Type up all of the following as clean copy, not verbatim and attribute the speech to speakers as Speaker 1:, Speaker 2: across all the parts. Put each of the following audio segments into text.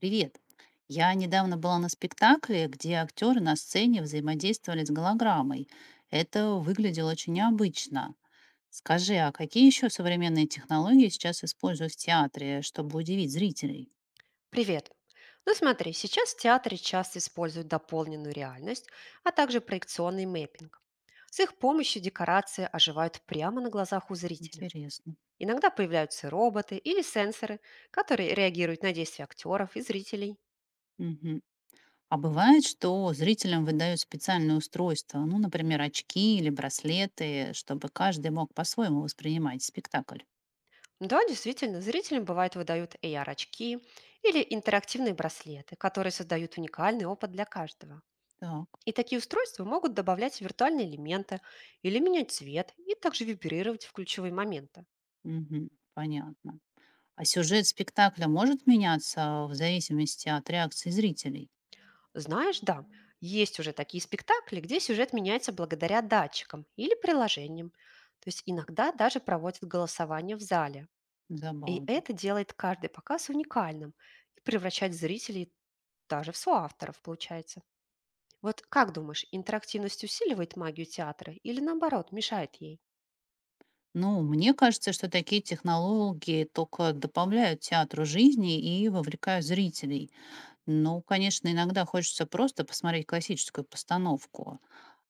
Speaker 1: Привет. Я недавно была на спектакле, где актеры на сцене взаимодействовали с голограммой. Это выглядело очень необычно. Скажи, а какие еще современные технологии сейчас используют в театре, чтобы удивить зрителей?
Speaker 2: Привет! Ну смотри, сейчас в театре часто используют дополненную реальность, а также проекционный мэппинг. С их помощью декорации оживают прямо на глазах у зрителя.
Speaker 1: Интересно.
Speaker 2: Иногда появляются роботы или сенсоры, которые реагируют на действия актеров и зрителей.
Speaker 1: Мгм. А бывает, что зрителям выдают специальные устройства, ну, например, очки или браслеты, чтобы каждый мог по-своему воспринимать спектакль.
Speaker 2: Да, действительно, зрителям бывает выдают AR-очки или интерактивные браслеты, которые создают уникальный опыт для каждого.
Speaker 1: Так,
Speaker 2: И такие устройства могут добавлять виртуальные элементы или менять цвет и также вибрировать в ключевые моменты.
Speaker 1: мгм, понятно. А сюжет спектакля может меняться в зависимости от реакции зрителей?
Speaker 2: Знаешь, да, есть уже такие спектакли, где сюжет меняется благодаря датчикам или приложениям. То есть иногда даже проводят голосование в зале. И
Speaker 1: Забавно.
Speaker 2: это делает каждый показ уникальным и превращает зрителей даже в соавторов, получается. Вот как думаешь, интерактивность усиливает магию театра или наоборот мешает ей?
Speaker 1: Ну, мне кажется, что такие технологии только добавляют театру жизни и вовлекают зрителей. Ну, конечно, иногда хочется просто посмотреть классическую постановку.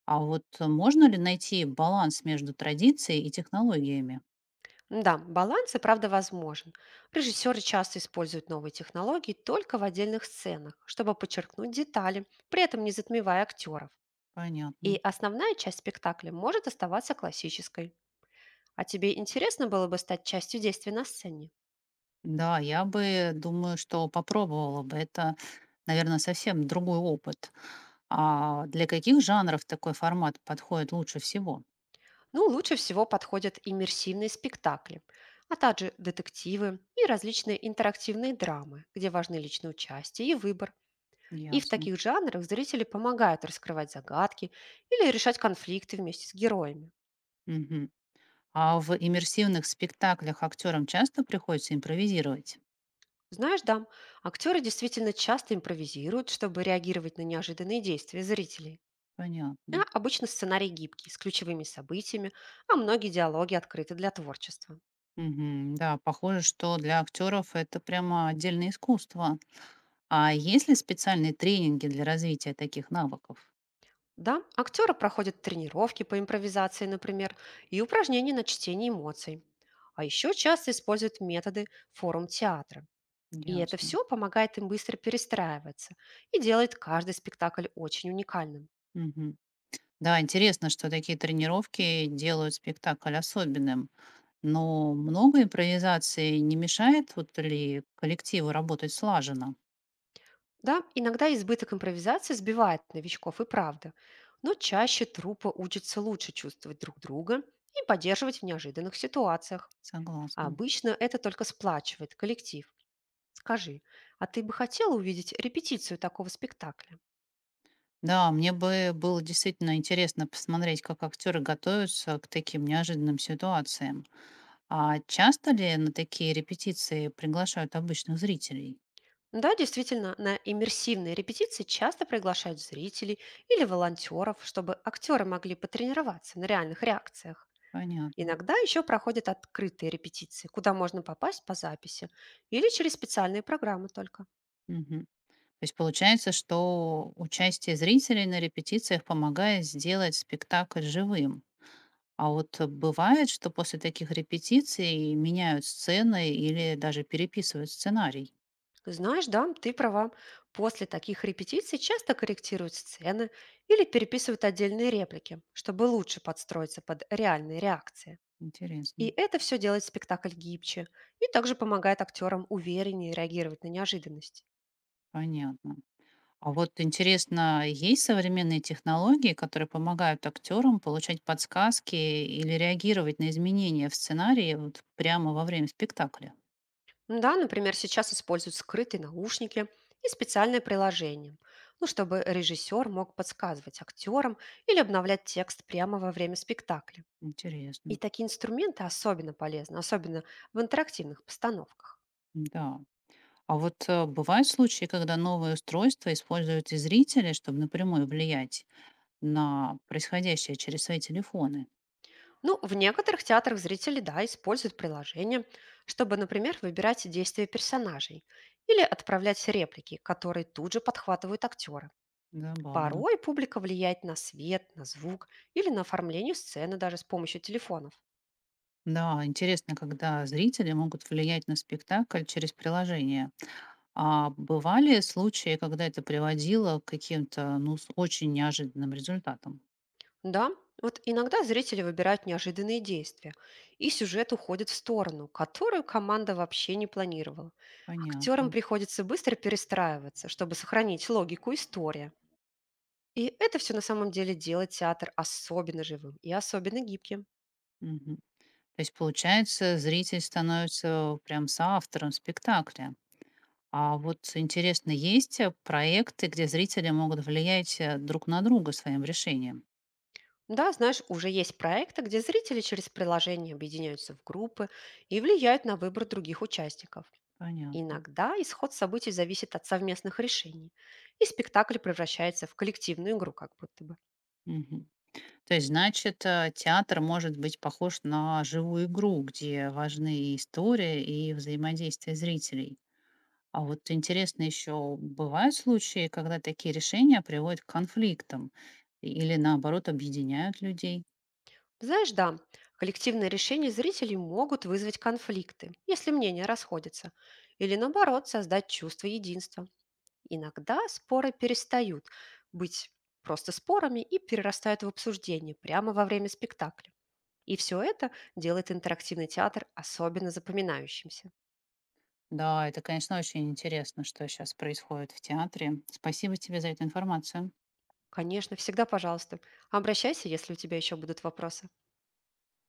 Speaker 1: А вот можно ли найти баланс между традицией и технологиями?
Speaker 2: Да, баланс и правда возможен. Режиссеры часто используют новые технологии только в отдельных сценах, чтобы подчеркнуть детали, при этом не затмевая актеров. И
Speaker 1: Понятно.
Speaker 2: основная часть спектакля может оставаться классической. А тебе интересно было бы стать частью действия на сцене?
Speaker 1: Да, я бы, думаю, что попробовала бы. Это, наверное, совсем другой опыт. А для каких жанров такой формат подходит лучше всего?
Speaker 2: Ну, лучше всего подходят иммерсивные спектакли, а также детективы и различные интерактивные драмы, где важны личное участие и выбор. И в
Speaker 1: Ясно.
Speaker 2: таких жанрах зрители помогают раскрывать загадки или решать конфликты вместе с героями.
Speaker 1: Мгм. А в иммерсивных спектаклях актерам часто приходится импровизировать?
Speaker 2: Знаешь, да, актеры действительно часто импровизируют, чтобы реагировать на неожиданные действия зрителей. А
Speaker 1: Понятно.
Speaker 2: обычно сценарий гибкий, с ключевыми событиями, а многие диалоги открыты для творчества.
Speaker 1: Мгм. Да, похоже, что для актеров это прямо отдельное искусство. А есть ли специальные тренинги для развития таких навыков?
Speaker 2: Да, актеры проходят тренировки по импровизации, например, и упражнения на чтение эмоций. А еще часто используют методы форум-театра. И это
Speaker 1: Ясно.
Speaker 2: все помогает им быстро перестраиваться и делает каждый спектакль очень уникальным.
Speaker 1: Мгм. Да, интересно, что такие тренировки делают спектакль особенным. Но много импровизации не мешает вот ли коллективу работать слаженно?
Speaker 2: Да, иногда избыток импровизации сбивает новичков и правда, но чаще труппа учится лучше чувствовать друг друга и поддерживать в неожиданных ситуациях. А
Speaker 1: Согласна.
Speaker 2: обычно это только сплачивает коллектив. Скажи, а ты бы хотела увидеть репетицию такого спектакля?
Speaker 1: Да, мне бы было действительно интересно посмотреть, как актеры готовятся к таким неожиданным ситуациям. А часто ли на такие репетиции приглашают обычных зрителей?
Speaker 2: Да, действительно, на иммерсивные репетиции часто приглашают зрителей или волонтеров, чтобы актеры могли потренироваться на реальных реакциях.
Speaker 1: Понятно.
Speaker 2: Иногда еще проходят открытые репетиции, куда можно попасть по записи или через специальные программы только.
Speaker 1: Мгм. То есть получается, что участие зрителей на репетициях помогает сделать спектакль живым. А вот бывает, что после таких репетиций меняют сцены или даже переписывают сценарий.
Speaker 2: Знаешь, да, ты права. После таких репетиций часто корректируют сцены или переписывают отдельные реплики, чтобы лучше подстроиться под реальные реакции. И
Speaker 1: Интересно.
Speaker 2: это все делает спектакль гибче и также помогает актерам увереннее реагировать на неожиданности.
Speaker 1: Понятно. А вот интересно, есть современные технологии, которые помогают актерам получать подсказки или реагировать на изменения в сценарии вот прямо во время спектакля?
Speaker 2: Да, например, сейчас используют скрытые наушники и специальное приложение, ну, чтобы режиссер мог подсказывать актерам или обновлять текст прямо во время спектакля. И
Speaker 1: Интересно.
Speaker 2: такие инструменты особенно полезны, особенно в интерактивных постановках.
Speaker 1: Да. А вот бывают случаи, когда новые устройства используют и зрители, чтобы напрямую влиять на происходящее через свои телефоны.
Speaker 2: Ну, в некоторых театрах зрители, да, используют приложение, чтобы, например, выбирать действия персонажей или отправлять реплики, которые тут же подхватывают актеры.
Speaker 1: Забавно.
Speaker 2: Порой публика влияет на свет, на звук или на оформление сцены даже с помощью телефонов.
Speaker 1: Да, интересно, когда зрители могут влиять на спектакль через приложение. А бывали случаи, когда это приводило к каким-то, ну, с очень неожиданным результатам?
Speaker 2: Да, вот иногда зрители выбирают неожиданные действия, и сюжет уходит в сторону, которую команда вообще не планировала. Актерам
Speaker 1: Понятно.
Speaker 2: приходится быстро перестраиваться, чтобы сохранить логику истории. И это все на самом деле делает театр особенно живым и особенно гибким.
Speaker 1: Мгм. То есть, получается, зритель становится прям соавтором спектакля. А вот интересно, есть проекты, где зрители могут влиять друг на друга своим решением?
Speaker 2: Да, знаешь, уже есть проекты, где зрители через приложение объединяются в группы и влияют на выбор других участников.
Speaker 1: Понятно.
Speaker 2: Иногда исход событий зависит от совместных решений, и спектакль превращается в коллективную игру как будто бы.
Speaker 1: Мгм. То есть, значит, театр может быть похож на живую игру, где важны и история, и взаимодействие зрителей. А вот интересно еще, бывают случаи, когда такие решения приводят к конфликтам или наоборот объединяют людей?
Speaker 2: Знаешь, да, коллективные решения зрителей могут вызвать конфликты, если мнения расходятся, или наоборот создать чувство единства. Иногда споры перестают быть просто спорами и перерастают в обсуждение прямо во время спектакля. И все это делает интерактивный театр особенно запоминающимся.
Speaker 1: Да, это, конечно, очень интересно, что сейчас происходит в театре. Спасибо тебе за эту информацию.
Speaker 2: Конечно, всегда пожалуйста. Обращайся, если у тебя еще будут вопросы.